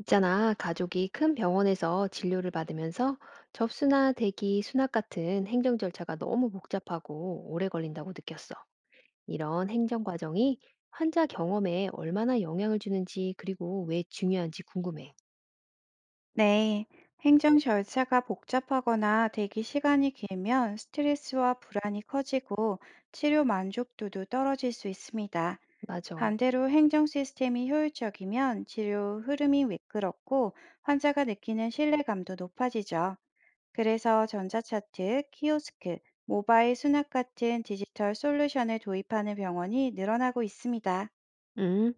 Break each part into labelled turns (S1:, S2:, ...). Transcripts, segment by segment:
S1: 있잖아, 가족이 큰 병원에서 진료를 받으면서 접수나 대기, 수납 같은 행정 절차가 너무 복잡하고 오래 걸린다고 느꼈어. 이런 행정 과정이 환자 경험에 얼마나 영향을 주는지, 그리고 왜 중요한지 궁금해.
S2: 네, 행정 절차가 복잡하거나 대기 시간이 길면 스트레스와 불안이 커지고 치료 만족도도 떨어질 수 있습니다.
S1: 맞아.
S2: 반대로 행정 시스템이 효율적이면 치료 흐름이 매끄럽고 환자가 느끼는 신뢰감도 높아지죠. 그래서 전자차트, 키오스크, 모바일 수납 같은 디지털 솔루션을 도입하는 병원이 늘어나고 있습니다.
S1: 음,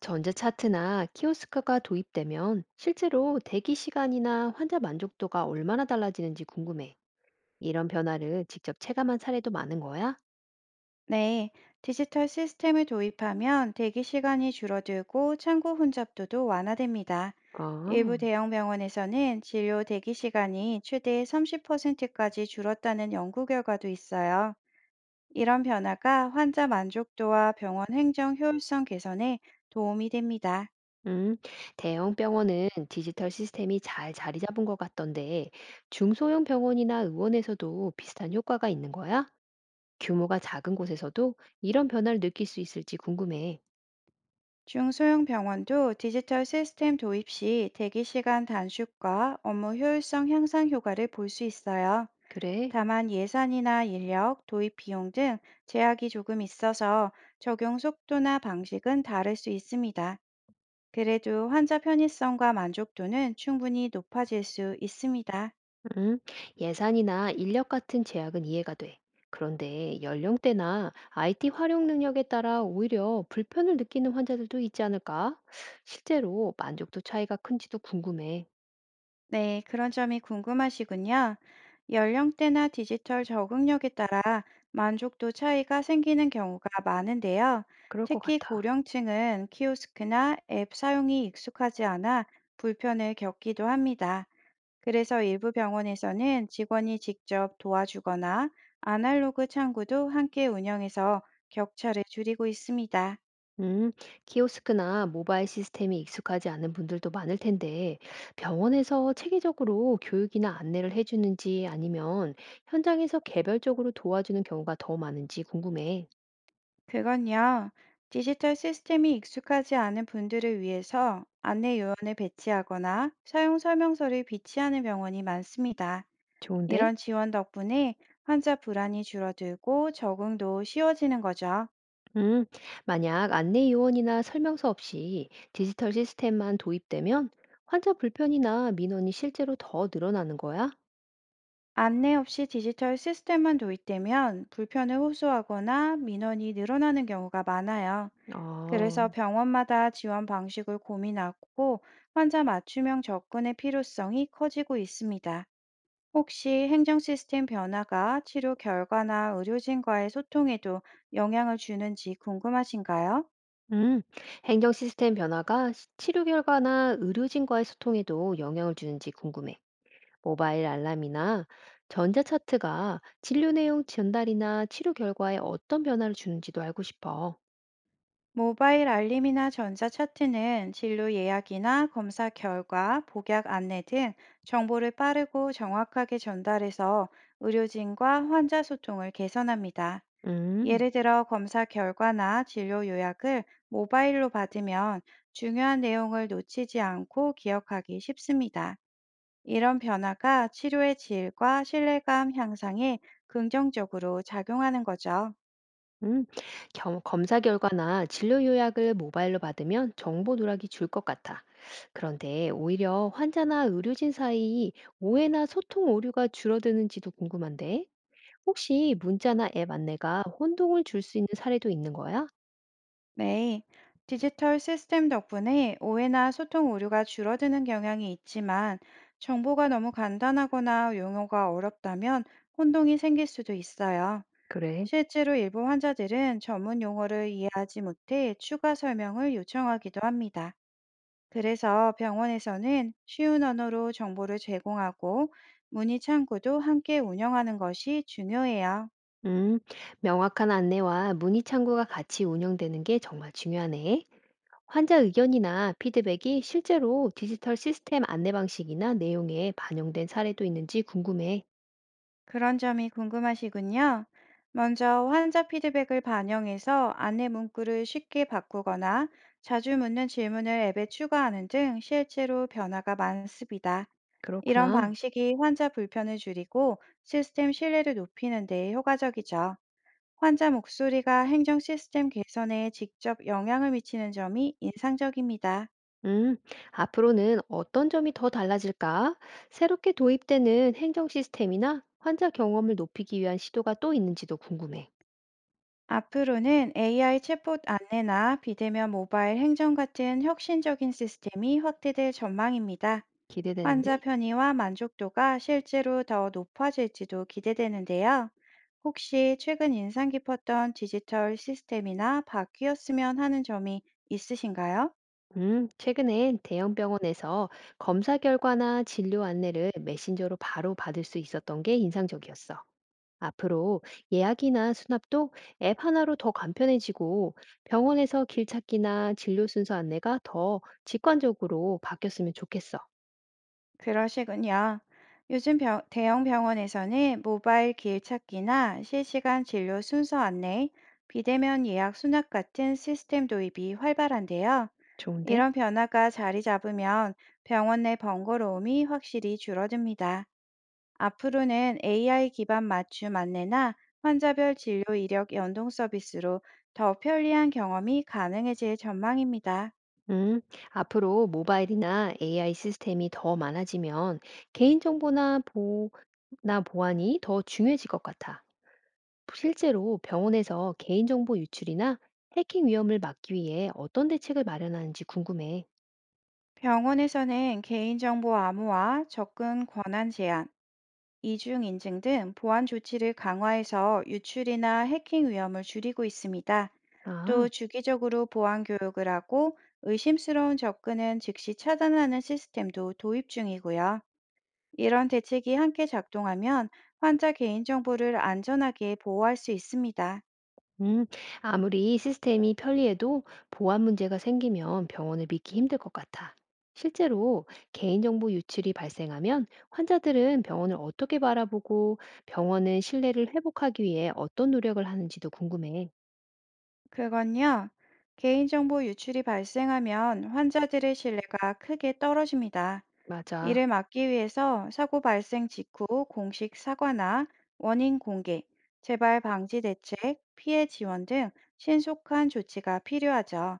S1: 전자차트나 키오스크가 도입되면 실제로 대기 시간이나 환자 만족도가 얼마나 달라지는지 궁금해. 이런 변화를 직접 체감한 사례도 많은 거야?
S2: 네, 디지털 시스템을 도입하면 대기 시간이 줄어들고 창구 혼잡도도 완화됩니다. 일부
S1: 아.
S2: 대형 병원에서는 진료 대기 시간이 최대 30%까지 줄었다는 연구 결과도 있어요. 이런 변화가 환자 만족도와 병원 행정 효율성 개선에 도움이 됩니다.
S1: 음, 대형 병원은 디지털 시스템이 잘 자리 잡은 것 같던데, 중소형 병원이나 의원에서도 비슷한 효과가 있는 거야? 규모가 작은 곳에서도 이런 변화를 느낄 수 있을지 궁금해.
S2: 중소형 병원도 디지털 시스템 도입 시 대기 시간 단축과 업무 효율성 향상 효과를 볼 수 있어요.
S1: 그래?
S2: 다만 예산이나 인력, 도입 비용 등 제약이 조금 있어서 적용 속도나 방식은 다를 수 있습니다. 그래도 환자 편의성과 만족도는 충분히 높아질 수 있습니다.
S1: 음, 예산이나 인력 같은 제약은 이해가 돼. 그런데 연령대나 IT 활용 능력에 따라 오히려 불편을 느끼는 환자들도 있지 않을까? 실제로 만족도 차이가 큰지도 궁금해.
S2: 네, 그런 점이 궁금하시군요. 연령대나 디지털 적응력에 따라 만족도 차이가 생기는 경우가 많은데요.
S1: 그럴 것
S2: 특히
S1: 같아.
S2: 고령층은 키오스크나 앱 사용이 익숙하지 않아 불편을 겪기도 합니다. 그래서 일부 병원에서는 직원이 직접 도와주거나 아날로그 창구도 함께 운영해서 격차를 줄이고 있습니다.
S1: 음, 키오스크나 모바일 시스템이 익숙하지 않은 분들도 많을 텐데, 병원에서 체계적으로 교육이나 안내를 해주는지 아니면 현장에서 개별적으로 도와주는 경우가 더 많은지 궁금해.
S2: 그건요, 디지털 시스템이 익숙하지 않은 분들을 위해서 안내 요원을 배치하거나 사용 설명서를 비치하는 병원이 많습니다.
S1: 좋은데?
S2: 이런 지원 덕분에 환자 불안이 줄어들고 적응도 쉬워지는 거죠.
S1: 음, 만약 안내 요원이나 설명서 없이 디지털 시스템만 도입되면 환자 불편이나 민원이 실제로 더 늘어나는 거야?
S2: 안내 없이 디지털 시스템만 도입되면 불편을 호소하거나 민원이 늘어나는 경우가 많아요. 그래서
S1: 아,
S2: 병원마다 지원 방식을 고민하고 환자 맞춤형 접근의 필요성이 커지고 있습니다. 혹시 행정 시스템 변화가 치료 결과나 의료진과의 소통에도 영향을 주는지 궁금하신가요?
S1: 음, 행정 시스템 변화가 치료 결과나 의료진과의 소통에도 영향을 주는지 궁금해. 모바일 알람이나 전자차트가 진료 내용 전달이나 치료 결과에 어떤 변화를 주는지도 알고 싶어.
S2: 모바일 알림이나 전자 차트는 진료 예약이나 검사 결과, 복약 안내 등 정보를 빠르고 정확하게 전달해서 의료진과 환자 소통을 개선합니다.
S1: 음,
S2: 예를 들어 검사 결과나 진료 요약을 모바일로 받으면 중요한 내용을 놓치지 않고 기억하기 쉽습니다. 이런 변화가 치료의 질과 신뢰감 향상에 긍정적으로 작용하는 거죠.
S1: 음. 검사 결과나 진료 요약을 모바일로 받으면 정보 누락이 줄 것 같아. 그런데 오히려 환자나 의료진 사이 오해나 소통 오류가 줄어드는지도 궁금한데, 혹시 문자나 앱 안내가 혼동을 줄 수 있는 사례도 있는 거야?
S2: 네. 디지털 시스템 덕분에 오해나 소통 오류가 줄어드는 경향이 있지만 정보가 너무 간단하거나 용어가 어렵다면 혼동이 생길 수도 있어요.
S1: 그래.
S2: 실제로 일부 환자들은 전문 용어를 이해하지 못해 추가 설명을 요청하기도 합니다. 그래서 병원에서는 쉬운 언어로 정보를 제공하고 문의 창구도 함께 운영하는 것이 중요해요.
S1: 음, 명확한 안내와 문의 창구가 같이 운영되는 게 정말 중요하네. 환자 의견이나 피드백이 실제로 디지털 시스템 안내 방식이나 내용에 반영된 사례도 있는지 궁금해.
S2: 그런 점이 궁금하시군요. 먼저 환자 피드백을 반영해서 안내 문구를 쉽게 바꾸거나 자주 묻는 질문을 앱에 추가하는 등 실제로 변화가 많습니다. 이런
S1: 그렇구나.
S2: 방식이 환자 불편을 줄이고 시스템 신뢰를 높이는 데 효과적이죠. 환자 목소리가 행정 시스템 개선에 직접 영향을 미치는 점이 인상적입니다.
S1: 음, 앞으로는 어떤 점이 더 달라질까? 새롭게 도입되는 행정 시스템이나 환자 경험을 높이기 위한 시도가 또 있는지도 궁금해.
S2: 앞으로는 AI 챗봇 안내나 비대면 모바일 행정 같은 혁신적인 시스템이 확대될 전망입니다. 환자
S1: 기대되는데.
S2: 편의와 만족도가 실제로 더 높아질지도 기대되는데요. 혹시 최근 인상 깊었던 디지털 시스템이나 바뀌었으면 하는 점이 있으신가요?
S1: 최근엔 대형 병원에서 검사 결과나 진료 안내를 메신저로 바로 받을 수 있었던 게 인상적이었어. 앞으로 예약이나 수납도 앱 하나로 더 간편해지고 병원에서 길 찾기나 진료 순서 안내가 더 직관적으로 바뀌었으면 좋겠어.
S2: 그러시군요. 요즘 대형 병원에서는 모바일 길 찾기나 실시간 진료 순서 안내, 비대면 예약 수납 같은 시스템 도입이 활발한데요.
S1: 좋은데?
S2: 이런 변화가 자리 잡으면 병원 내 번거로움이 확실히 줄어듭니다. 앞으로는 AI 기반 맞춤 안내나 환자별 진료 이력 연동 서비스로 더 편리한 경험이 가능해질 전망입니다.
S1: 음, 앞으로 모바일이나 AI 시스템이 더 많아지면 개인정보나 보나 보안이 더 중요해질 것 같아. 실제로 병원에서 개인정보 유출이나 해킹 위험을 막기 위해 어떤 대책을 마련하는지 궁금해.
S2: 병원에서는 개인정보 암호화, 접근 권한 제한, 이중 인증 등 보안 조치를 강화해서 유출이나 해킹 위험을 줄이고 있습니다.
S1: 아,
S2: 또 주기적으로 보안 교육을 하고 의심스러운 접근은 즉시 차단하는 시스템도 도입 중이고요. 이런 대책이 함께 작동하면 환자 개인정보를 안전하게 보호할 수 있습니다.
S1: 음, 아무리 시스템이 편리해도 보안 문제가 생기면 병원을 믿기 힘들 것 같아. 실제로 개인정보 유출이 발생하면 환자들은 병원을 어떻게 바라보고 병원은 신뢰를 회복하기 위해 어떤 노력을 하는지도 궁금해.
S2: 그건요, 개인정보 유출이 발생하면 환자들의 신뢰가 크게 떨어집니다.
S1: 맞아.
S2: 이를 막기 위해서 사고 발생 직후 공식 사과나 원인 공개, 재발 방지 대책, 피해 지원 등 신속한 조치가 필요하죠.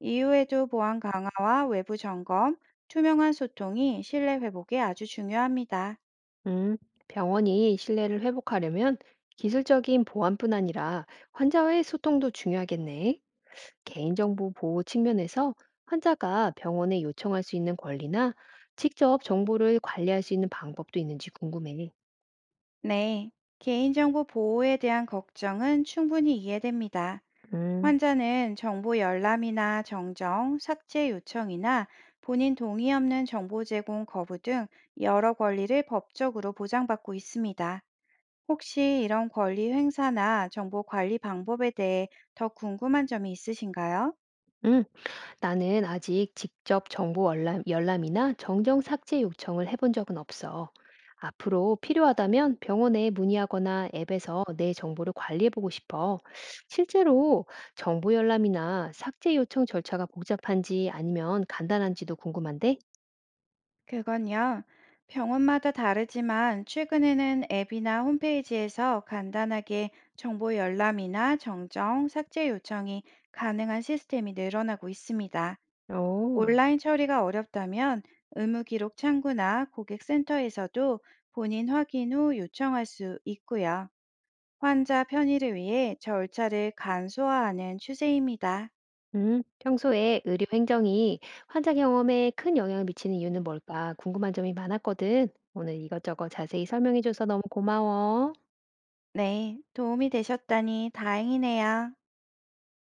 S2: 이후에도 보안 강화와 외부 점검, 투명한 소통이 신뢰 회복에 아주 중요합니다.
S1: 음, 병원이 신뢰를 회복하려면 기술적인 보안뿐 아니라 환자와의 소통도 중요하겠네. 개인정보 보호 측면에서 환자가 병원에 요청할 수 있는 권리나 직접 정보를 관리할 수 있는 방법도 있는지 궁금해.
S2: 네, 개인정보 보호에 대한 걱정은 충분히 이해됩니다.
S1: 음,
S2: 환자는 정보 열람이나 정정, 삭제 요청이나 본인 동의 없는 정보 제공 거부 등 여러 권리를 법적으로 보장받고 있습니다. 혹시 이런 권리 행사나 정보 관리 방법에 대해 더 궁금한 점이 있으신가요?
S1: 음. 나는 아직 직접 열람이나 정정 삭제 요청을 해본 적은 없어. 앞으로 필요하다면 병원에 문의하거나 앱에서 내 정보를 관리해보고 싶어. 실제로 정보 열람이나 삭제 요청 절차가 복잡한지 아니면 간단한지도 궁금한데?
S2: 그건요. 병원마다 다르지만 최근에는 앱이나 홈페이지에서 간단하게 정보 열람이나 정정, 삭제 요청이 가능한 시스템이 늘어나고 있습니다.
S1: 어,
S2: 온라인 처리가 어렵다면 의무 기록 창구나 고객센터에서도 본인 확인 후 요청할 수 있고요. 환자 편의를 위해 절차를 간소화하는 추세입니다.
S1: 평소에 의료 행정이 환자 경험에 큰 영향을 미치는 이유는 뭘까 궁금한 점이 많았거든. 오늘 이것저것 자세히 설명해줘서 너무 고마워.
S2: 네, 도움이 되셨다니 다행이네요.